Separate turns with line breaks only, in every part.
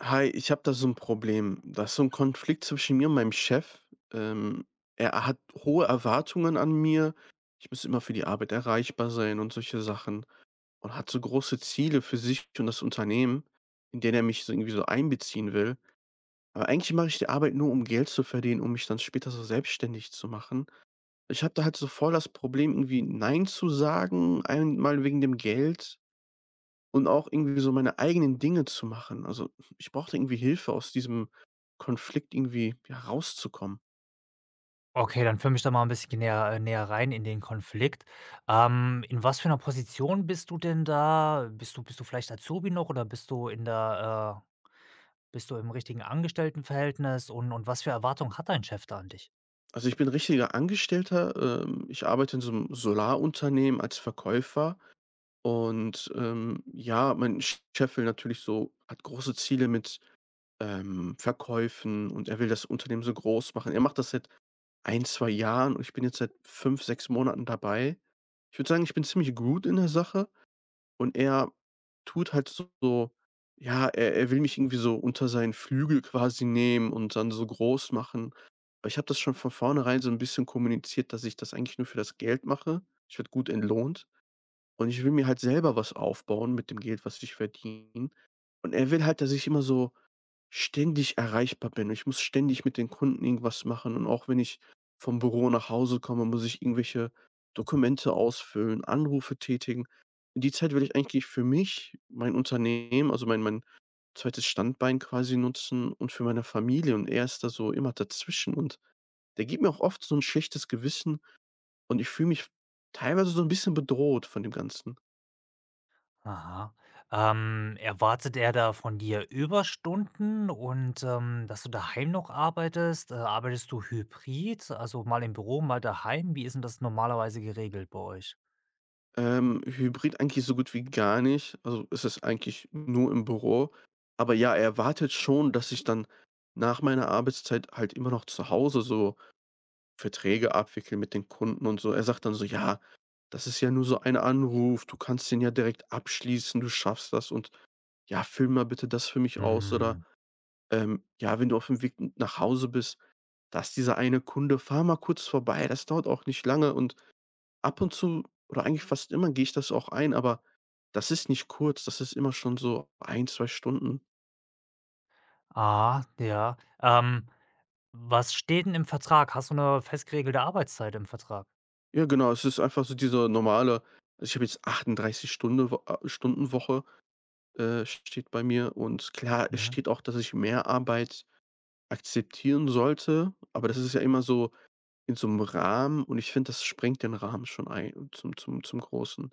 Hi, ich habe da so ein Problem. Da ist so ein Konflikt zwischen mir und meinem Chef. Ähm, Er hat hohe Erwartungen an mir. Ich muss immer für die Arbeit erreichbar sein und solche Sachen und hat so große Ziele für sich und das Unternehmen, in denen er mich so irgendwie so einbeziehen will. Aber eigentlich mache ich die Arbeit nur, um Geld zu verdienen, um mich dann später so selbstständig zu machen. Ich habe da halt so voll das Problem, irgendwie nein zu sagen, einmal wegen dem Geld und auch irgendwie so meine eigenen Dinge zu machen. Also, ich brauchte irgendwie Hilfe, aus diesem Konflikt irgendwie, ja, rauszukommen.
Okay, dann führ mich da mal ein bisschen näher näher rein in den Konflikt. In was für einer Position bist du denn da? Bist du vielleicht Azubi noch oder bist du in der bist du im richtigen Angestelltenverhältnis und was für Erwartungen hat dein Chef da an dich?
Also, ich bin richtiger Angestellter, ich arbeite in so einem Solarunternehmen als Verkäufer und, ja, mein Chef will natürlich so hat große Ziele mit, Verkäufen, und er will das Unternehmen so groß machen. Er macht das seit ein 2 Jahren und ich bin jetzt seit 5 6 Monaten dabei. Ich würde sagen, ich bin ziemlich gut in der Sache. Und er tut halt so, ja, er will mich irgendwie so unter seinen Flügel quasi nehmen und dann so groß machen. Aber ich habe das schon von vornherein so ein bisschen kommuniziert, dass ich das eigentlich nur für das Geld mache. Ich werde gut entlohnt und ich will mir halt selber was aufbauen mit dem Geld, was ich verdiene. Und er will halt, dass ich immer so ständig erreichbar bin. Ich muss ständig mit den Kunden irgendwas machen und auch wenn ich vom Büro nach Hause komme, muss ich irgendwelche Dokumente ausfüllen, Anrufe tätigen. In die Zeit will ich eigentlich für mich, mein Unternehmen, also mein zweites Standbein quasi nutzen und für meine Familie, und er ist da so immer dazwischen und der gibt mir auch oft so ein schlechtes Gewissen und ich fühle mich teilweise so ein bisschen bedroht von dem Ganzen.
Aha. Erwartet er da von dir Überstunden und, dass du daheim noch arbeitest? Arbeitest du hybrid, also mal im Büro, mal daheim? Wie ist denn das normalerweise geregelt bei euch?
Hybrid eigentlich so gut wie gar nicht. Also, es ist eigentlich nur im Büro. Aber ja, er erwartet schon, dass ich dann nach meiner Arbeitszeit halt immer noch zu Hause so Verträge abwickle mit den Kunden und so. Er sagt dann so: „Ja, das ist ja nur so ein Anruf. Du kannst den ja direkt abschließen. Du schaffst das und ja, füll mal bitte das für mich aus.“ Oder,
Mhm.
„Ja, wenn du auf dem Weg nach Hause bist, da ist dieser eine Kunde, fahr mal kurz vorbei. Das dauert auch nicht lange.“ Und ab und zu oder eigentlich fast immer gehe ich das auch ein, aber das ist nicht kurz, das ist immer schon so ein zwei Stunden.
Ah, ja. Ähm. Was steht denn im Vertrag? Hast du 'ne fest geregelte Arbeitszeit im Vertrag?
Ja, genau, es ist einfach so diese normale, also, ich habe jetzt 38 Stundenwoche, steht bei mir, und klar, es
Mhm.
steht auch, dass ich mehr Arbeit akzeptieren sollte, aber das ist ja immer so in so einem Rahmen und ich finde, das sprengt den Rahmen schon ein zum Großen.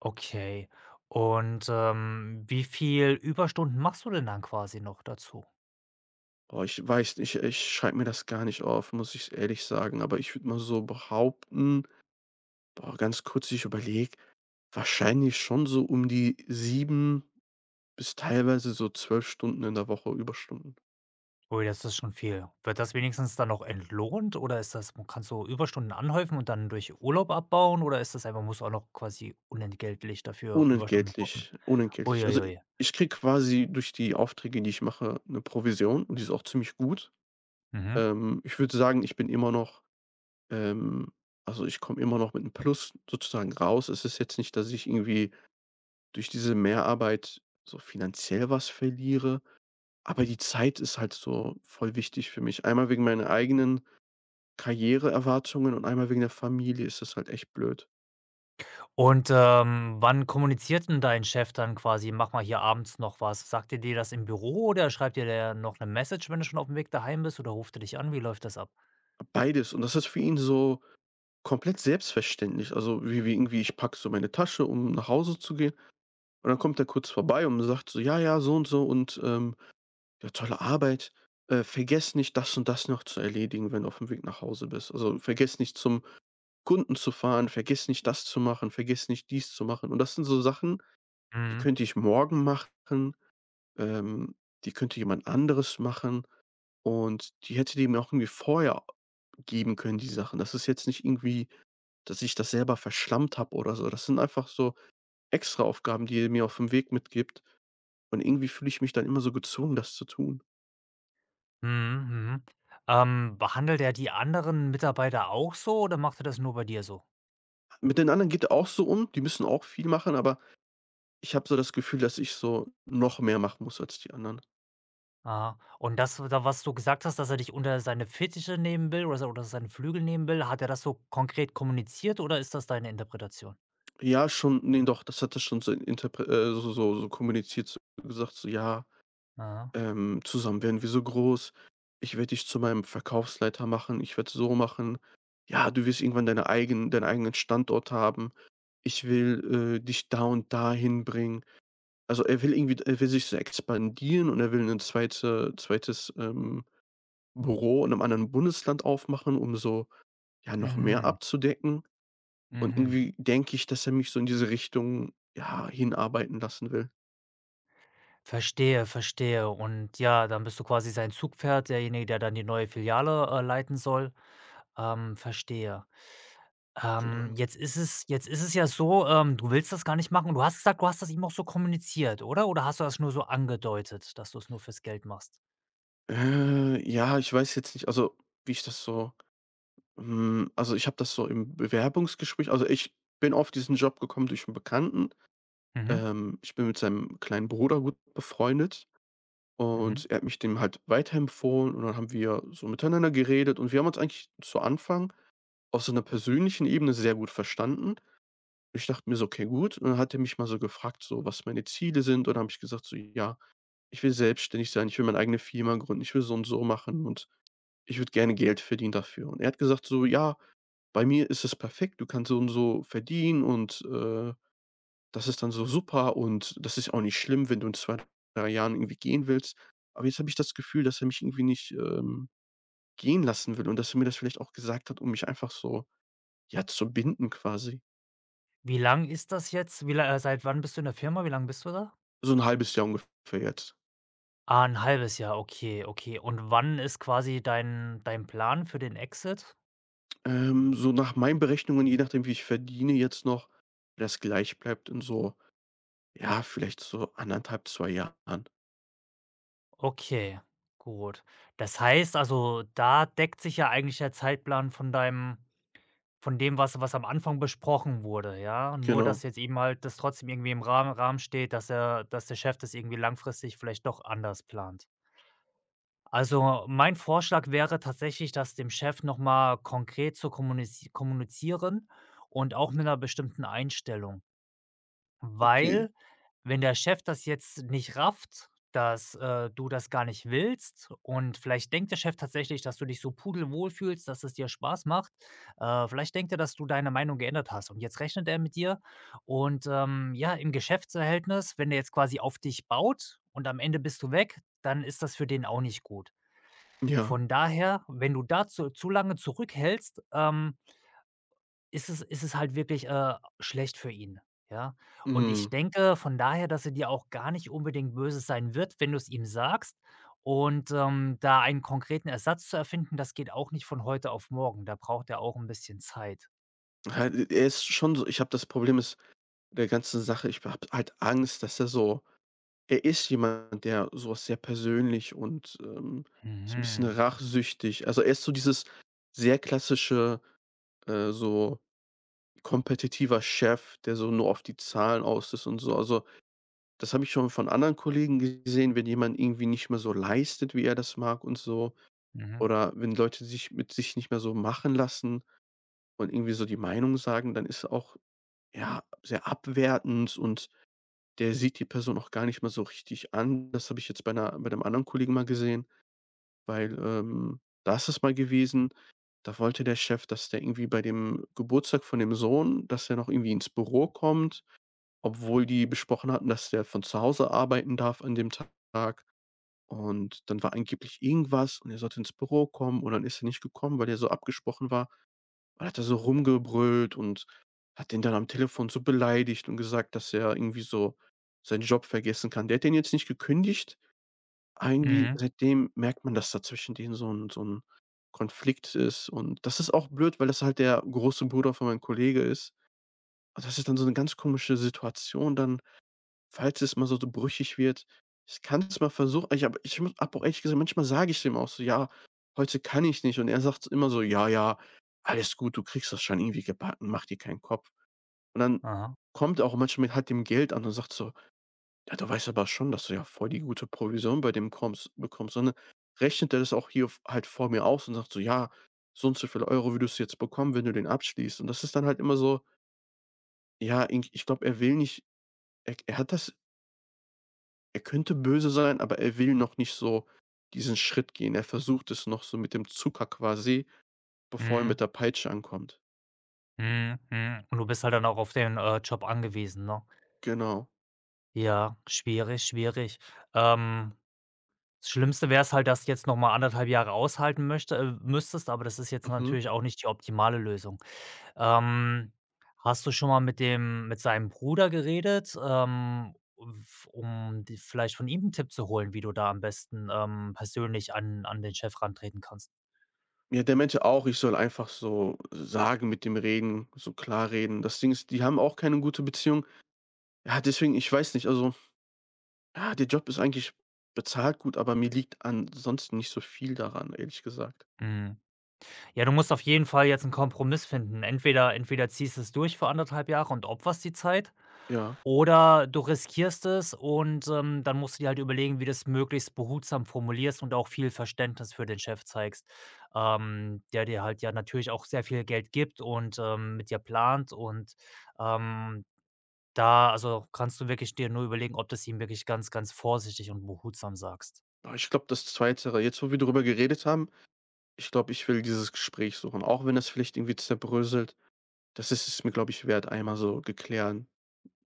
Okay. Und, wie viel Überstunden machst du denn dann quasi noch dazu?
Boah, ich weiß nicht, ich schreibe mir das gar nicht auf, muss ich ehrlich sagen, aber ich würde mal so behaupten, boah, ganz kurz, ich überlege, wahrscheinlich schon so um die 7 bis teilweise so 12 Stunden in der Woche Überstunden.
Ui, das ist schon viel. Wird das wenigstens dann noch entlohnt oder ist das, kannst du Überstunden anhäufen und dann durch Urlaub abbauen, oder ist das, einfach musst du auch noch quasi unentgeltlich dafür Überstunden roppen?
Unentgeltlich,
Ui,
unentgeltlich.
ui,
Also, i
ui.
ich kriege quasi durch die Aufträge, die ich mache, eine Provision und die ist auch ziemlich gut.
Mhm.
Ich würde sagen, ich bin immer noch, ähm also, ich komme immer noch mit einem Plus sozusagen raus. Es ist jetzt nicht, dass ich irgendwie durch diese Mehrarbeit so finanziell was verliere, aber die Zeit ist halt so voll wichtig für mich. Einmal wegen meiner eigenen Karriereerwartungen und einmal wegen der Familie ist das halt echt blöd.
Und, wann kommuniziert denn dein Chef dann quasi: „Mach mal hier abends noch was?“ Sagt er dir das im Büro oder schreibt dir der noch eine Message, wenn du schon auf dem Weg daheim bist, oder ruft er dich an? Wie läuft das ab?
Beides, und das ist für ihn so komplett selbstverständlich. Also, wie irgendwie ich packe so meine Tasche, um nach Hause zu gehen, und dann kommt er kurz vorbei und sagt so: „Ja, ja, so und so und, ja, tolle Arbeit. Vergiss nicht, das und das noch zu erledigen, wenn du auf dem Weg nach Hause bist. Also, vergiss nicht, zum Kunden zu fahren, vergiss nicht, das zu machen, vergiss nicht, dies zu machen.“ Und das sind so Sachen, die
Mhm.
könnte ich morgen machen, ähm, die könnte jemand anderes machen. Und die hätte die mir auch irgendwie vorher geben können, die Sachen. Das ist jetzt nicht irgendwie, dass ich das selber verschlammt habe oder so. Das sind einfach so Extraaufgaben, die ihr mir auf dem Weg mitgibt. Und irgendwie fühle ich mich dann immer so gezwungen, das zu tun.
Mhm, mhm. Behandelt er die anderen Mitarbeiter auch so oder macht er das nur bei dir so?
Mit den anderen geht auch so um, die müssen auch viel machen, aber ich habe so das Gefühl, dass ich so noch mehr machen muss als die anderen.
Aha. Und das, da was du gesagt hast, dass er dich unter seine Fittiche nehmen will oder seine Flügel nehmen will, hat er das so konkret kommuniziert oder ist das deine Interpretation?
Ja, schon, ne, doch, das hat er schon so interpre so so kommuniziert, so gesagt, so: „Ja,
Aha.
Zusammen werden wir so groß. Ich werde dich zu meinem Verkaufsleiter machen. Ich werde so machen. Ja, du wirst irgendwann deine eigen deinen eigenen Standort haben. Ich will, dich da und da hinbringen. Also, er will sich so expandieren und er will ein zweites, Büro in einem anderen Bundesland aufmachen, um so, ja, noch mehr
Mhm.
abzudecken. Und
Mhm.
irgendwie denke ich, dass er mich so in diese Richtung, ja, hinarbeiten lassen will.
Verstehe, verstehe. Und ja, dann bist du quasi sein Zugpferd, derjenige, der dann die neue Filiale, leiten soll. Verstehe.
Genau.
Jetzt ist es ja so, du willst das gar nicht machen und du hast gesagt, du hast das ihm auch so kommuniziert, oder? Oder hast du das nur so angedeutet, dass du es nur fürs Geld machst?
Ja, ich weiß jetzt nicht, also, wie ich das so Hm, also, ich habe das so im Bewerbungsgespräch, also, ich bin auf diesen Job gekommen durch 'n Bekannten.
Mhm,
Ich bin mit seinem kleinen Bruder gut befreundet
mhm.
und er hat mich dem halt weiterempfohlen und dann haben wir so miteinander geredet und wir haben uns eigentlich zu Anfang auf so 'ner persönlichen Ebene sehr gut verstanden. Ich dachte mir so: „Okay, gut.“ Und dann hat er mich mal so gefragt, so, was meine Ziele sind, und dann habe ich gesagt so: „Ja, ich will selbstständig sein, ich will meine eigene Firma gründen, ich will so und so machen und ich würde gerne Geld verdienen dafür.“ Und er hat gesagt so: „Ja, bei mir ist es perfekt. Du kannst so und so verdienen und, das ist dann so super und das ist auch nicht schlimm, wenn du in 2 3 Jahren irgendwie gehen willst. Aber jetzt habe ich das Gefühl, dass er mich irgendwie nicht, gehen lassen will und dass er mir das vielleicht auch gesagt hat, um mich einfach so, ja, zu binden quasi.
Wie lang ist das jetzt? Wie la Seit wann bist du in der Firma? Wie lange bist du da?
So ein halbes Jahr ungefähr jetzt.
Ah, ein halbes Jahr, okay, okay. Und wann ist quasi dein Plan für den Exit?
So nach meinen Berechnungen, je nachdem, wie ich verdiene jetzt noch, wenn das gleich bleibt, in so, ja, vielleicht so anderthalb zwei Jahren.
Okay, gut. Das heißt also, da deckt sich ja eigentlich der Zeitplan von deinem, von dem, was am Anfang besprochen wurde, ja? Nur,
Genau.
dass jetzt eben halt das trotzdem irgendwie im Rahmen steht, dass er, dass der Chef das irgendwie langfristig vielleicht doch anders plant. Also, mein Vorschlag wäre tatsächlich, das dem Chef nochmal konkret zu kommunizi kommunizieren und auch mit einer bestimmten Einstellung.
Okay.
Weil, wenn der Chef das jetzt nicht rafft, dass, du das gar nicht willst, und vielleicht denkt der Chef tatsächlich, dass du dich so pudelwohl fühlst, dass es dir Spaß macht. Vielleicht denkt er, dass du deine Meinung geändert hast und jetzt rechnet er mit dir und, ja, im Geschäftsverhältnis, wenn er jetzt quasi auf dich baut und am Ende bist du weg, dann ist das für den auch nicht gut.
Ja.
Von daher, wenn du dazu zu lange zurückhältst, ähm, ist es halt wirklich, schlecht für ihn, ja? Und
Mhm.
ich denke von daher, dass er dir auch gar nicht unbedingt böse sein wird, wenn du es ihm sagst. Und, da einen konkreten Ersatz zu erfinden, das geht auch nicht von heute auf morgen. Da braucht er auch ein bisschen Zeit.
Ha Er ist schon so, ich habe das Problem ist der ganzen Sache, ich habe halt Angst, dass er so er ist jemand, der sowas sehr persönlich und, so ein bisschen
Mhm.
rachsüchtig, also, er ist so dieses sehr klassische, so kompetitiver Chef, der so nur auf die Zahlen aus ist und so. Also, das habe ich schon von anderen Kollegen gesehen, wenn jemand irgendwie nicht mehr so leistet, wie er das mag und so,
Mhm.
oder wenn Leute sich mit sich nicht mehr so machen lassen und irgendwie so die Meinung sagen, dann ist auch ja sehr abwertend und der sieht die Person auch gar nicht mal so richtig an. Das habe ich jetzt bei 'nem anderen Kollegen mal gesehen, weil, da ist es mal gewesen, da wollte der Chef, dass der irgendwie bei dem Geburtstag von dem Sohn, dass er noch irgendwie ins Büro kommt, obwohl die besprochen hatten, dass der von zu Hause arbeiten darf an dem Tag. Und dann war angeblich irgendwas und er sollte ins Büro kommen und dann ist er nicht gekommen, weil er so abgesprochen war. Dann hat er so rumgebrüllt und hat den dann am Telefon so beleidigt und gesagt, dass er irgendwie so seinen Job vergessen kann. Der hat den jetzt nicht gekündigt, aber irgendwie
Mhm.
seitdem merkt man, dass da zwischen denen so 'n Konflikt ist und das ist auch blöd, weil das halt der große Bruder von meinem Kollege ist. Und das ist dann so 'ne ganz komische Situation dann, falls es mal so so brüchig wird, ich kann es mal versuchen. Ich habe ich muss habe auch ehrlich gesagt, manchmal sage ich dem auch so: „Ja, heute kann ich nicht.“ Und er sagt immer so: „Ja, ja, alles gut, du kriegst das schon irgendwie gebacken, mach dir keinen Kopf.“ Und dann
Aha.
kommt er auch manchmal mit halt dem Geld an und sagt so: „Ja, du weißt aber schon, dass du ja voll die gute Provision bei dem kommst bekommst.“ Und dann rechnet er das auch hier v halt vor mir aus und sagt so: „Ja, so und so viele Euro würdest du jetzt bekommen, wenn du den abschließt.“ Und das ist dann halt immer so, ja, ich glaube, er will nicht er er hat das Er könnte böse sein, aber er will noch nicht so diesen Schritt gehen. Er versucht es noch so mit dem Zucker quasi, bevor er
Mhm.
mit der Peitsche ankommt.
Mhm. Mhm. Und du bist halt dann auch auf den, Job angewiesen, ne?
Genau.
Ja, schwierig, schwierig. Ähm. Das Schlimmste wäre es halt, dass du jetzt noch mal anderthalb Jahre aushalten möchte müsstest, aber das ist jetzt
Mhm.
natürlich auch nicht die optimale Lösung. Ähm, hast du schon mal mit dem, mit seinem Bruder geredet, f um dir vielleicht von ihm einen Tipp zu holen, wie du da am besten, persönlich an den Chef rantreten kannst?
Ja, der meinte auch, ich soll einfach so sagen, mit dem Reden, so klar reden. Das Ding ist, die haben auch keine gute Beziehung. Ja, deswegen, ich weiß nicht, also, ja, der Job ist eigentlich bezahlt gut, aber mir liegt ansonsten nicht so viel daran, ehrlich gesagt.
Mhm. Ja, du musst auf jeden Fall jetzt einen Kompromiss finden. Entweder ziehst du es durch für anderthalb Jahre und opferst die Zeit.
Ja.
Oder du riskierst es und, dann musst du dir halt überlegen, wie du es möglichst behutsam formulierst und auch viel Verständnis für den Chef zeigst, der dir halt ja natürlich auch sehr viel Geld gibt und, mit dir plant und, ähm, da, also kannst du wirklich dir nur überlegen, ob du es ihm wirklich ganz, ganz vorsichtig und behutsam sagst.
Aber ich glaube, das Zweite, jetzt wo wir darüber geredet haben, ich glaube, ich will dieses Gespräch suchen, auch wenn das vielleicht irgendwie zerbröselt. Das ist es mir, glaube ich, wert, einmal so geklären,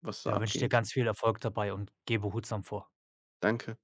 was da
Da wünsche ich dir
abgeht.
ganz viel Erfolg dabei und geh behutsam vor.
Danke.